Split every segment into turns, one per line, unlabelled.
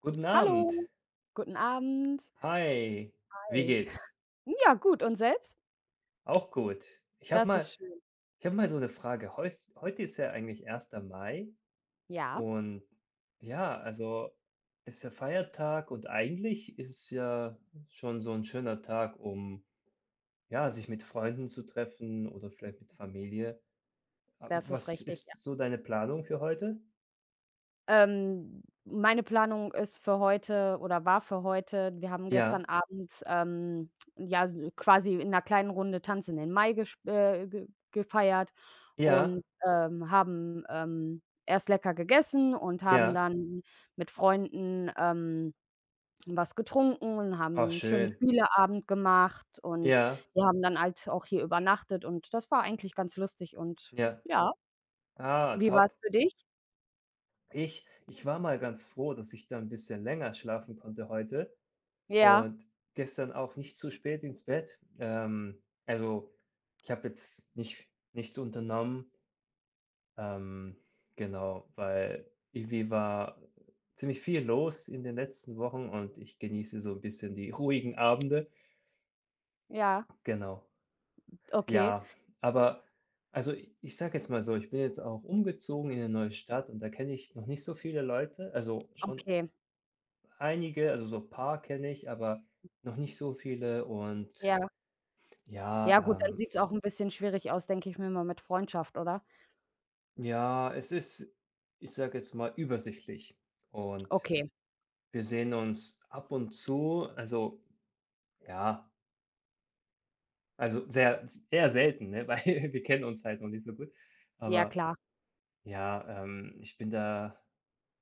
Guten
Hallo,
Abend.
guten Abend.
Hi. Wie
Hi.
geht's?
Ja, gut und selbst?
Auch gut. Ich habe
Das ist
mal
schön.
ich habe mal so eine Frage. Heus heute ist ja eigentlich Erster Mai
Ja,
und ja, also, ist ja Feiertag und eigentlich ist es ja schon so ein schöner Tag, um, ja, sich mit Freunden zu treffen oder vielleicht mit Familie. A
das ist
was
richtig, ja.
ist so deine Planung für heute?
Meine Planung ist für heute oder war für heute. Wir haben gestern
Ja,
Abend, ja, so quasi in einer kleinen Runde „Tanz in den Mai" gesp ge gefeiert und,
ja,
haben, erst lecker gegessen und haben
ja.
dann mit Freunden, was getrunken und
Ah,
haben 'n schönen
schön.
Spieleabend gemacht. Und
Ja,
wir haben dann halt auch hier übernachtet, und das war eigentlich ganz lustig. Und
ja.
ja.
Ah,
Wie war's
top.
für dich?
Ich war mal ganz froh, dass ich da ein bisschen länger schlafen konnte heute
Ja,
und gestern auch nicht zu spät ins Bett. Also, ich habe jetzt nichts unternommen, ähm, genau, weil irgendwie war ziemlich viel los in den letzten Wochen und ich genieße so ein bisschen die ruhigen Abende.
ja,
Genau.
okay,
Ja, aber also, ich sage jetzt mal so, ich bin jetzt auch umgezogen in eine neue Stadt und da kenne ich noch nicht so viele Leute, also, schon
okay,
einige, also so ein paar kenne ich, aber noch nicht so viele und
ja. Ja
ja,
gut, dann sieht's auch 'n bisschen schwierig aus, denke ich mir mal mit Freundschaft, oder?
ja, es ist, ich sage jetzt mal, übersichtlich und
Okay,
wir sehen uns ab und zu, also ja, also sehr eher selten, ne, weil wir kennen uns halt noch nicht so gut.
ja
Aber
klar.
ja, ich bin da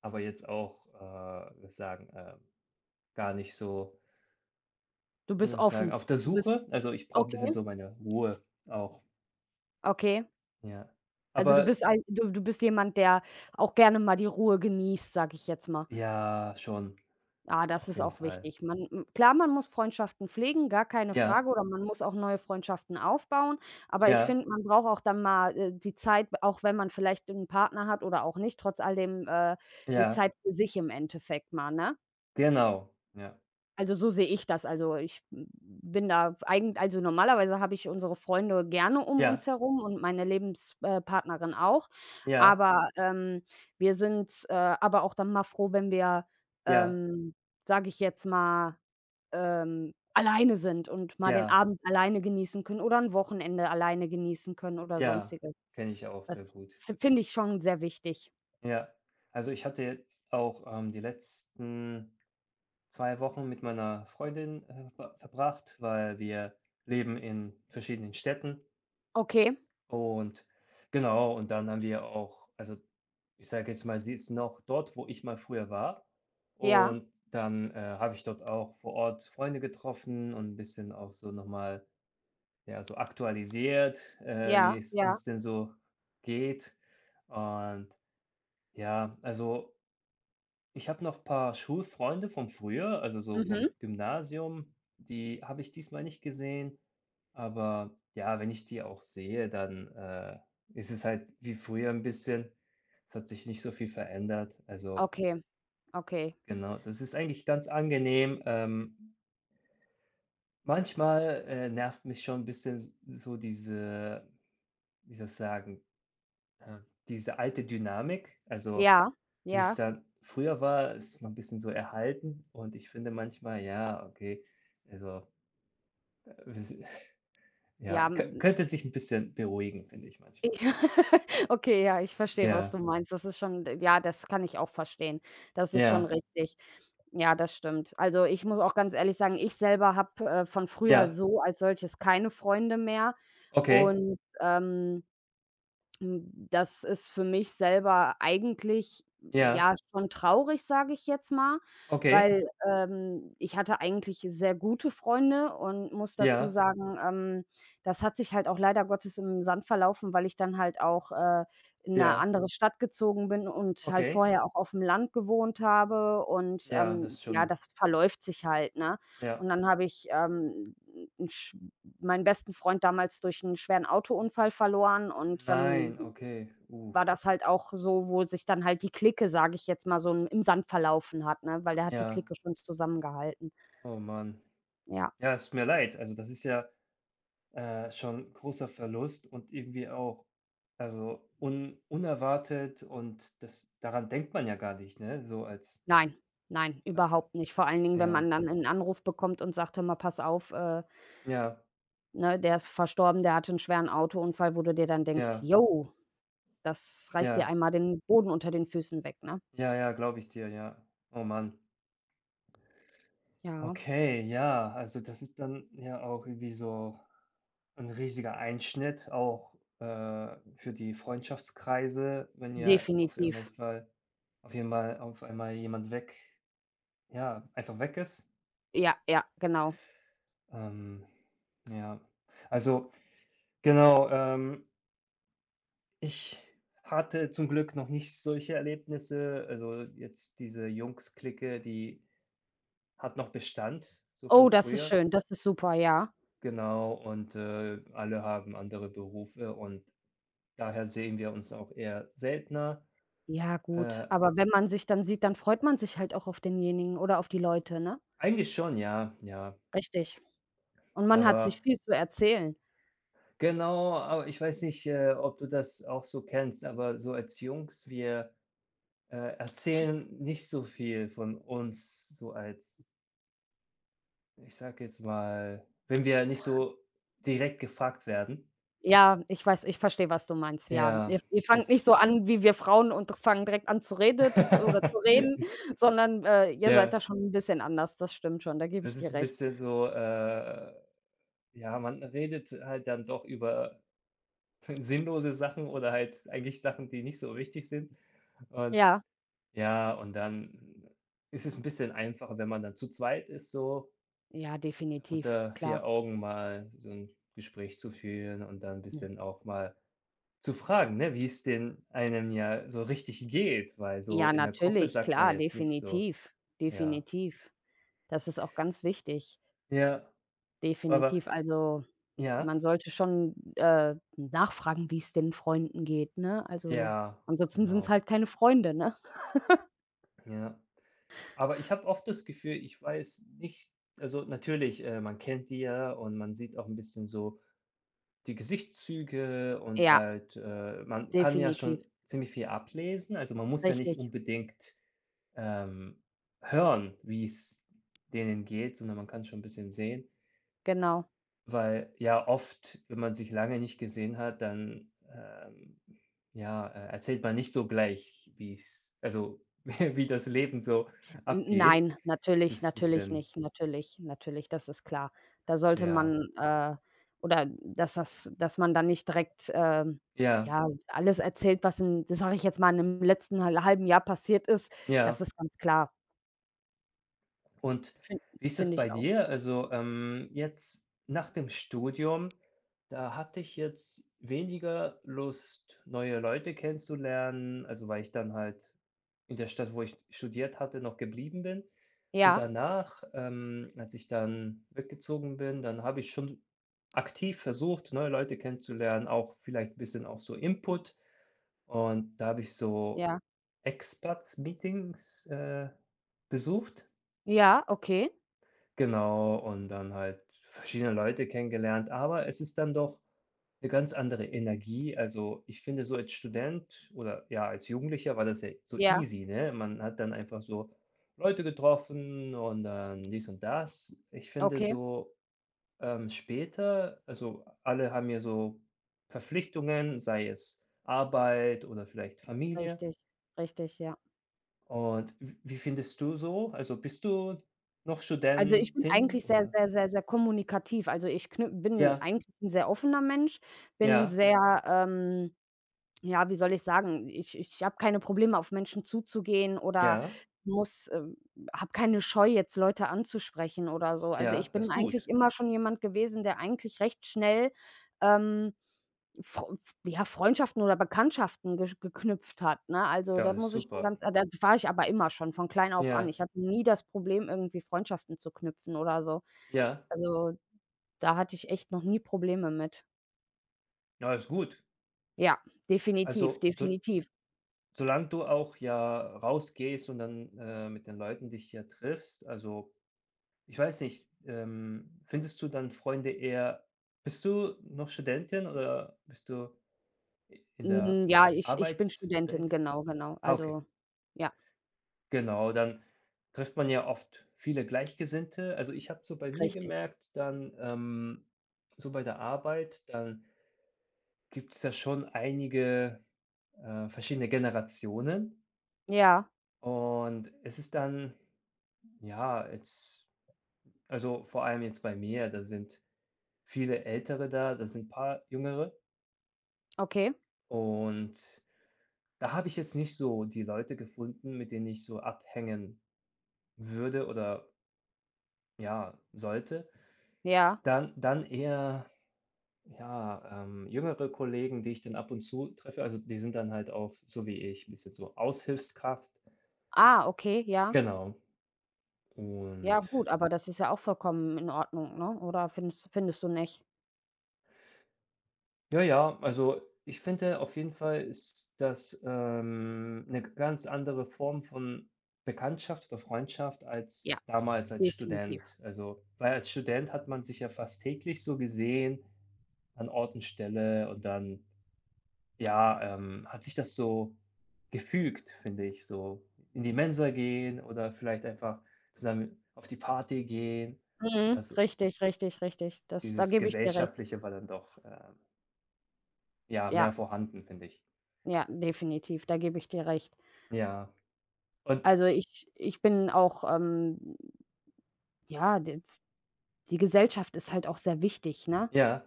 aber jetzt auch, würde ich sagen, gar nicht so,
Du bist
würde ich sagen,
offen.
auf der
Du bist
Suche. Also, ich brauche ein bisschen
Okay,
so meine Ruhe auch,
okay.
ja.
Also, du
Aber
bist jemand, der auch gerne mal die Ruhe genießt, sage ich jetzt mal.
ja, schon,
Ah, das
auf
ist
jeden
auch
Fall.
wichtig. Man m klar, man muss Freundschaften pflegen, gar keine
Ja,
Frage, oder man muss auch neue Freundschaften aufbauen. Aber ich
ja,
finde, man braucht auch dann mal, die Zeit, auch wenn man vielleicht einen Partner hat oder auch nicht, trotz all dem, die
ja,
Zeit für sich im Endeffekt mal, ne?
genau. Ja,
Also, so sehe ich das. Also, ich bin da eigentlich, also normalerweise habe ich unsere Freunde gerne um uns
ja,
herum und meine Lebenspartnerin auch.
ja,
Aber, wir sind, aber auch dann mal froh, wenn wir,
ja,
ähm, sage ich jetzt mal, alleine sind und mal den
ja,
Abend alleine genießen können oder 'n Wochenende alleine genießen können oder
ja,
Sonstiges.
kenne ich auch sehr
Das
gut.
fi finde ich schon sehr wichtig.
Ja, also ich hatte jetzt auch, die letzten 2 Wochen mit meiner Freundin, verbracht, weil wir leben in verschiedenen Städten
Okay,
und genau, und dann haben wir auch, also, ich sage jetzt mal, sie ist noch dort, wo ich mal früher war.
ja,
Und dann, habe ich dort auch vor Ort Freunde getroffen und 'n bisschen auch so noch mal, ja, so aktualisiert, wie
ja,
es
ja.
uns denn so geht. Und ja, also, ich habe noch ein paar Schulfreunde von früher, also, so vom
Mhm.
Gymnasium, die habe ich diesmal nicht gesehen. Aber ja, wenn ich die auch sehe, dann, ist es halt wie früher ein bisschen. Es hat sich nicht so viel verändert. Also,
Okay, okay.
genau, das ist eigentlich ganz angenehm. Manchmal, nervt mich schon ein bisschen s so diese, wie soll ich sagen, äh, diese alte Dynamik, also,
Ja,
wie es
ja,
dann früher war, ist noch ein bisschen so erhalten und ich finde manchmal, ja, okay, also, wis
ja,
ja, kö
m
könnte sich ein bisschen beruhigen, finde ich manchmal.
ja, okay, ja, ich verstehe, was du
Ja,
meinst. Das ist schon, ja, das kann ich auch verstehen. Das ist schon
ja,
richtig. Ja, das stimmt. Also, ich muss auch ganz ehrlich sagen, ich selber habe, von früher
ja,
so als solches keine Freunde mehr,
okay,
und das ist für mich selber eigentlich,
ja,
ja, schon traurig, sage ich jetzt mal,
okay,
weil, ich hatte eigentlich sehr gute Freunde, und muss dazu
ja,
sagen, das hat sich halt auch leider Gottes im Sand verlaufen, weil ich dann halt auch, in 'ne
ja,
andere Stadt gezogen bin und halt
okay,
vorher auch auf'm Land gewohnt habe und,
ja, das ist
ja,
schon
das verläuft sich halt, ne?
ja.
Und dann habe ich, 'n sch meinen besten Freund damals durch 'n schweren Autounfall verloren. Und dann
Nein, okay.
war das halt auch so, wo sich dann halt die Clique, sage ich jetzt mal, so im Sand verlaufen hat, ne, weil der hat die
Ja.
Clique schon zusammengehalten.
Oh Mann.
Ja.
Ja, es tut mir leid. Also, das ist ja, schon großer Verlust und irgendwie auch, also, un unerwartet und das, daran denkt man ja gar nicht, ne? So als
Nein, nein,
äh,
überhaupt nicht. Vor allen Dingen, wenn
ja,
man dann 'nen Anruf bekommt und sagt: „Hör mal, pass auf,
ja,
ne, der ist verstorben, der hatte 'n schweren Autounfall", wo du dir dann denkst:
ja,
„Jo, das reißt dir
ja,
einmal den Boden unter den Füßen weg", ne?
ja, ja, glaube ich dir, ja. Oh Mann.
Ja,
Okay, ja, also, das ist dann ja auch irgendwie so ein riesiger Einschnitt auch, für die Freundschaftskreise, wenn ihr auf einmal
definitiv.
auf jeden Fall auf einmal jemand weg, ja, einfach weg ist.
Ja, ja, genau.
Ähm, ja, also genau, ich hatte zum Glück noch nicht solche Erlebnisse. Also jetzt diese Jungs-Clique, die hat noch Bestand, so
Oh,
von
das ist
früher.
schön, das ist super, ja.
Genau, und, alle haben andere Berufe und daher sehen wir uns auch eher seltener.
Ja, gut,
Äh,
aber wenn man sich dann sieht, dann freut man sich halt auch auf denjenigen oder auf die Leute, ne?
Eigentlich schon, ja, ja.
Richtig. Und man hat sich
Aber
viel zu erzählen.
genau, aber ich weiß nicht, ob du das auch so kennst, aber so als Jungs, wir, erzählen nicht so viel von uns, so als, ich sage jetzt mal, wenn wir nicht so direkt gefragt werden.
Ja, ich verstehe, was du meinst, ja.
Ja,
Ihr fangt
es
nicht so an wie wir Frauen und fangen direkt an zu redet oder zu reden,
ist
sondern, ihr seid
ja,
da schon 'n bisschen anders. Das stimmt schon, da gebe ich
das ist
dir
ein
recht.
bisschen so, ja, man redet halt dann doch über sinnlose Sachen oder halt eigentlich Sachen, die nicht so wichtig sind und
Ja,
ja, und dann ist es ein bisschen einfacher, wenn man dann zu zweit ist, so
ja, definitiv,
unter
klar.
4 Augen mal so ein Gespräch zu führen und dann ein
Mhm.
bisschen auch mal zu fragen, ne, wie es denn einem ja so richtig geht, weil so
Ja,
in der Gruppe
natürlich,
sagt man
klar,
jetzt nicht so,
definitiv,
ja.
definitiv. Das ist auch ganz wichtig,
Ja, aber
definitiv. Also,
ja,
man sollte schon, nachfragen, wie's den Freunden geht, ne? Also,
ja,
ansonsten sind's
genau,
halt keine Freunde, ne?
ja. Aber ich habe oft das Gefühl, ich weiß nicht, also natürlich, man kennt die ja und man sieht auch ein bisschen so die Gesichtszüge und
Ja,
halt, man kann ja
definitiv.
schon ziemlich viel ablesen. Also, man muss ja nicht
Richtig,
unbedingt, ähm, hören, wie es denen geht, sondern man kann schon ein bisschen sehen.
genau.
Weil ja oft, wenn man sich lange nicht gesehen hat, dann, ja, erzählt man nicht so gleich, wie es, also, wie das Leben so
N
abgeht.
nein,
Es
natürlich,
ist ein
natürlich
bisschen,
nicht. Natürlich, natürlich, das ist klar. Da sollte
ja,
man, oder dass man dann nicht direkt,
ja,
ja, alles erzählt, was in das, sage ich jetzt mal, im letzten halben Jahr passiert ist. Das
ja.
ist ganz klar.
Und
Fin
wie ist das
Finde
bei
ich auch.
dir? Also, jetzt nach dem Studium, da hatte ich jetzt weniger Lust, neue Leute kennenzulernen, also, weil ich dann halt in der Stadt, wo ich studiert hatte, noch geblieben bin. Und
Ja,
danach, als ich dann weggezogen bin, dann habe ich schon aktiv versucht, neue Leute kennenzulernen, auch vielleicht ein bisschen auch so Input. Und da habe ich so
ja.
Expats-Meetings, besucht.
Ja, okay.
Genau, und dann halt verschiedene Leute kennengelernt, aber es ist dann doch 'ne ganz andere Energie. Also, ich finde so als Student oder ja, als Jugendlicher war das ja so
Ja,
easy, ne? Man hat dann einfach so Leute getroffen und dann dies und das. Ich finde
okay.
so, später, also, alle haben ja so Verpflichtungen, sei es Arbeit oder vielleicht Familie.
Richtig, richtig, ja.
Und w wie findest du so? Also, bist du noch
Also, ich bin
Studentin
eigentlich sehr,
oder?
sehr, sehr, sehr kommunikativ. Also, ich knü bin
Ja.
eigentlich 'n sehr offener Mensch, bin
Ja,
sehr, ja, wie soll ich sagen, ich habe keine Probleme, auf Menschen zuzugehen oder
ja,
muss habe keine Scheu, jetzt Leute anzusprechen oder so. Also,
ja,
ich
das
bin
ist
eigentlich
gut.
immer schon jemand gewesen, der eigentlich recht schnell, ähm Freu ja, Freundschaften oder Bekanntschaften gesch geknüpft hat, ne? Also,
Ja,
da
das ist
muss ich schon
super.
das war ich aber immer schon von klein auf an.
Ja,
Ich hatte nie das Problem, irgendwie Freundschaften zu knüpfen oder so.
ja,
Also, da hatte ich echt noch nie Probleme mit.
ja, ist gut.
Ja, definitiv,
Also, so
definitiv.
solange du auch ja rausgehst und dann, mit den Leuten dich ja triffst, also, ich weiß nicht, findest du dann Freunde eher, bist du noch Studentin oder bist du i in der
Hm, ja, ich bin Studentin,
Arbeitswelt?
genau, genau.
Ah, okay,
Also, ja,
genau, dann trifft man ja oft viele Gleichgesinnte. Also, ich habe so bei mir
richtig.
gemerkt, dann, so bei der Arbeit, dann gibt es da schon einige, verschiedene Generationen
Ja,
und es ist dann, ja, jetzt, also, vor allem jetzt bei mir, da sind viele Ältere da, da sind ein paar Jüngere
okay,
und da habe ich jetzt nicht so die Leute gefunden, mit denen ich so abhängen würde oder, ja, sollte.
ja.
Dann eher, ja, jüngere Kollegen, die ich dann ab und zu treffe. Also, die sind dann halt auch so wie ich, ein bisschen so Aushilfskraft.
Ah, okay, ja.
Genau,
Ja
und
gut, aber das ist ja auch vollkommen in Ordnung, ne? Oder findest du nicht?
ja, ja, also ich finde auf jeden Fall ist das, 'ne ganz andere Form von Bekanntschaft oder Freundschaft
Ja,
als damals als
definitiv.
Student. Also, weil als Student hat man sich ja fast täglich so gesehen an Ort und Stelle und dann, ja, hat sich das so gefügt, finde ich, so in die Mensa gehen oder vielleicht einfach zusammen auf die Party gehen.
Mhm.
Also,
Richtig, richtig, richtig. Das da
dieses
gebe ich dir recht.
Gesellschaftliche war dann doch, ja, mehr
Ja,
vorhanden, finde ich.
ja, definitiv, da gebe ich dir recht.
Ja. Und
Also, ich bin auch, ja, d die Gesellschaft ist halt auch sehr wichtig, ne?
ja,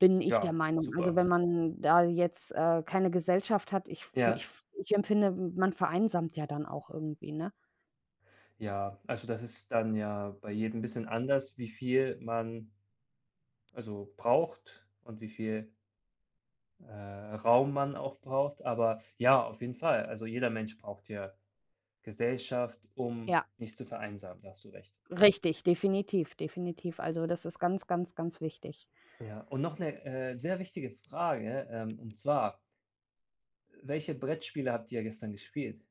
Bin ich der
ja,
Meinung. Also,
super.
wenn man da jetzt, keine Gesellschaft hat, ich ich
Ja,
ich empfinde, man vereinsamt ja dann auch irgendwie, ne?
ja. Also, das ist dann ja bei jedem bisschen anders, wie viel man, also, braucht und wie viel, Raum man auch braucht. Aber ja, auf jeden Fall. Also, jeder Mensch braucht ja Gesellschaft, um
Ja,
nicht zu vereinsamen. Da hast du recht.
richtig, definitiv, definitiv. Also, das ist ganz, ganz, ganz wichtig.
Ja, und noch eine, sehr wichtige Frage, und zwar: Welche Brettspiele habt ihr gestern gespielt?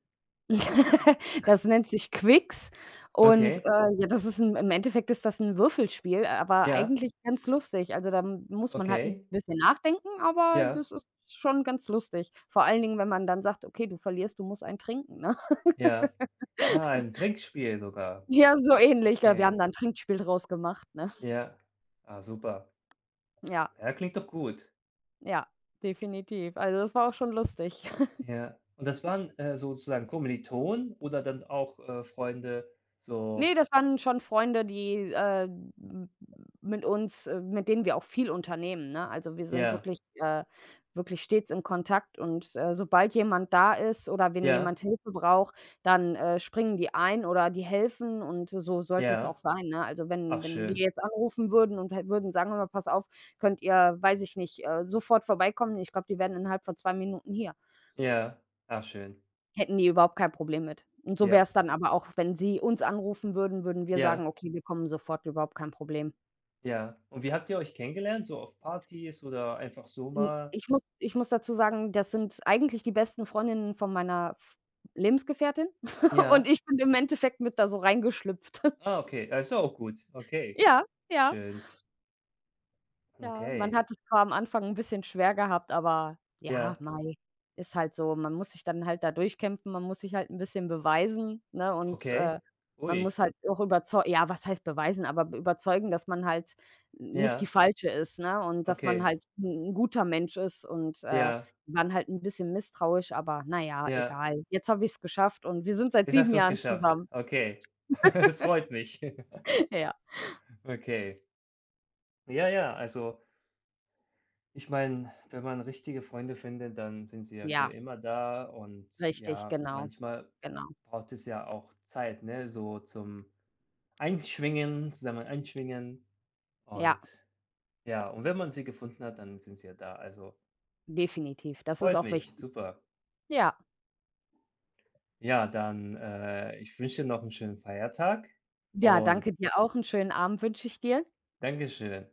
Das nennt sich Quicks und,
Okay,
ja, das ist ein im Endeffekt ist das ein Würfelspiel, aber
ja,
eigentlich ganz lustig. Also, da muss man halt
okay,
ein bisschen nachdenken, aber
ja,
das ist schon ganz lustig. Vor allen Dingen, wenn man dann sagt: „Okay, du verlierst, du musst einen trinken", ne?
ja. Ah, ein Trinkspiel sogar.
Ja, so ähnlich. Ja, wir haben
Okay.
da 'n Trinkspiel draus gemacht, ne?
Ja. Ah, super.
Ja,
Ja, klingt doch gut.
ja, definitiv. Also, das war auch schon lustig.
Ja. Und das waren, sozusagen Kommilitonen oder dann auch, Freunde,
Ne,
so,
das waren schon Freunde, die, m mit uns mit denen wir auch viel unternehmen, ne? Also, wir sind
ja,
wirklich stets in Kontakt, und, sobald jemand da ist oder wenn
ja,
jemand Hilfe braucht, dann, springen die ein oder die helfen, und so sollte es auch
ja.
sein, ne? Also, wenn
Ach
wenn wir
schön.
jetzt anrufen würden und halt würden sagen: „Hör mal, pass auf, könnt ihr, weiß ich nicht, sofort vorbeikommen?" Ich glaube, die wären innerhalb von 2 Minuten hier.
Ja. Ach schön.
Hätten die überhaupt kein Problem mit. Und so wär's
Ja,
dann aber auch, wenn sie uns anrufen würden, würden wir sagen:
ja,
„Okay, wir kommen sofort, überhaupt kein Problem."
ja. Und wie habt ihr euch kennengelernt? So auf Partys oder einfach so
Hm,
mal?
ich muss ich muss dazu sagen, das sind eigentlich die besten Freundinnen von meiner F Lebensgefährtin und
Ja.
ich bin im Endeffekt mit da so reingeschlüpft.
Ah, okay. Ja, ist ja auch gut. Okay.
Ja, ja.
Schön.
Ja, man
Okay.
hat es zwar am Anfang ein bisschen schwer gehabt, aber ja,
Ja.
mei, ist halt so. Man muss sich dann halt da durchkämpfen, man muss sich halt ein bisschen beweisen, ne, und,
Okay.
man
Ui.
muss halt auch überzeugen. Ja, was heißt beweisen, aber b überzeugen, dass man halt nicht die
Ja.
Falsche ist, ne, und dass man
Okay.
halt ein 'n guter Mensch ist, und,
Ja.
die waren halt ein bisschen misstrauisch, aber na ja,
Ja.
egal. Jetzt habe ich es geschafft und wir sind seit
Jetzt
sieben
hast du es
Jahren
geschafft.
zusammen.
Okay. Es freut mich.
Ja,
Okay. Ja, ja, also, ich meine, wenn man richtige Freunde findet, dann sind sie ja für
ja,
immer da und
richtig,
ja,
genau,
manchmal
genau.
braucht es ja auch Zeit, ne, so zum Einschwingen, zusammen einschwingen,
Ja,
und ja, und wenn man sie gefunden hat, dann sind sie ja da. Also,
definitiv. Das ist
freut
auch
mich,
wichtig.
super.
Ja.
Ja, dann, ich wünsche dir noch einen schönen Feiertag
Ja,
und
danke dir auch. Einen schönen Abend wünsche ich dir.
Dankeschön.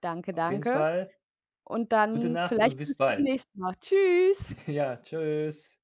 Danke,
Auf jeden
danke.
Fall,
Und
Gute
dann
Nacht und
vielleicht
bis
bis
bald.
demnächst mal. Tschüss.
Ja, tschüss.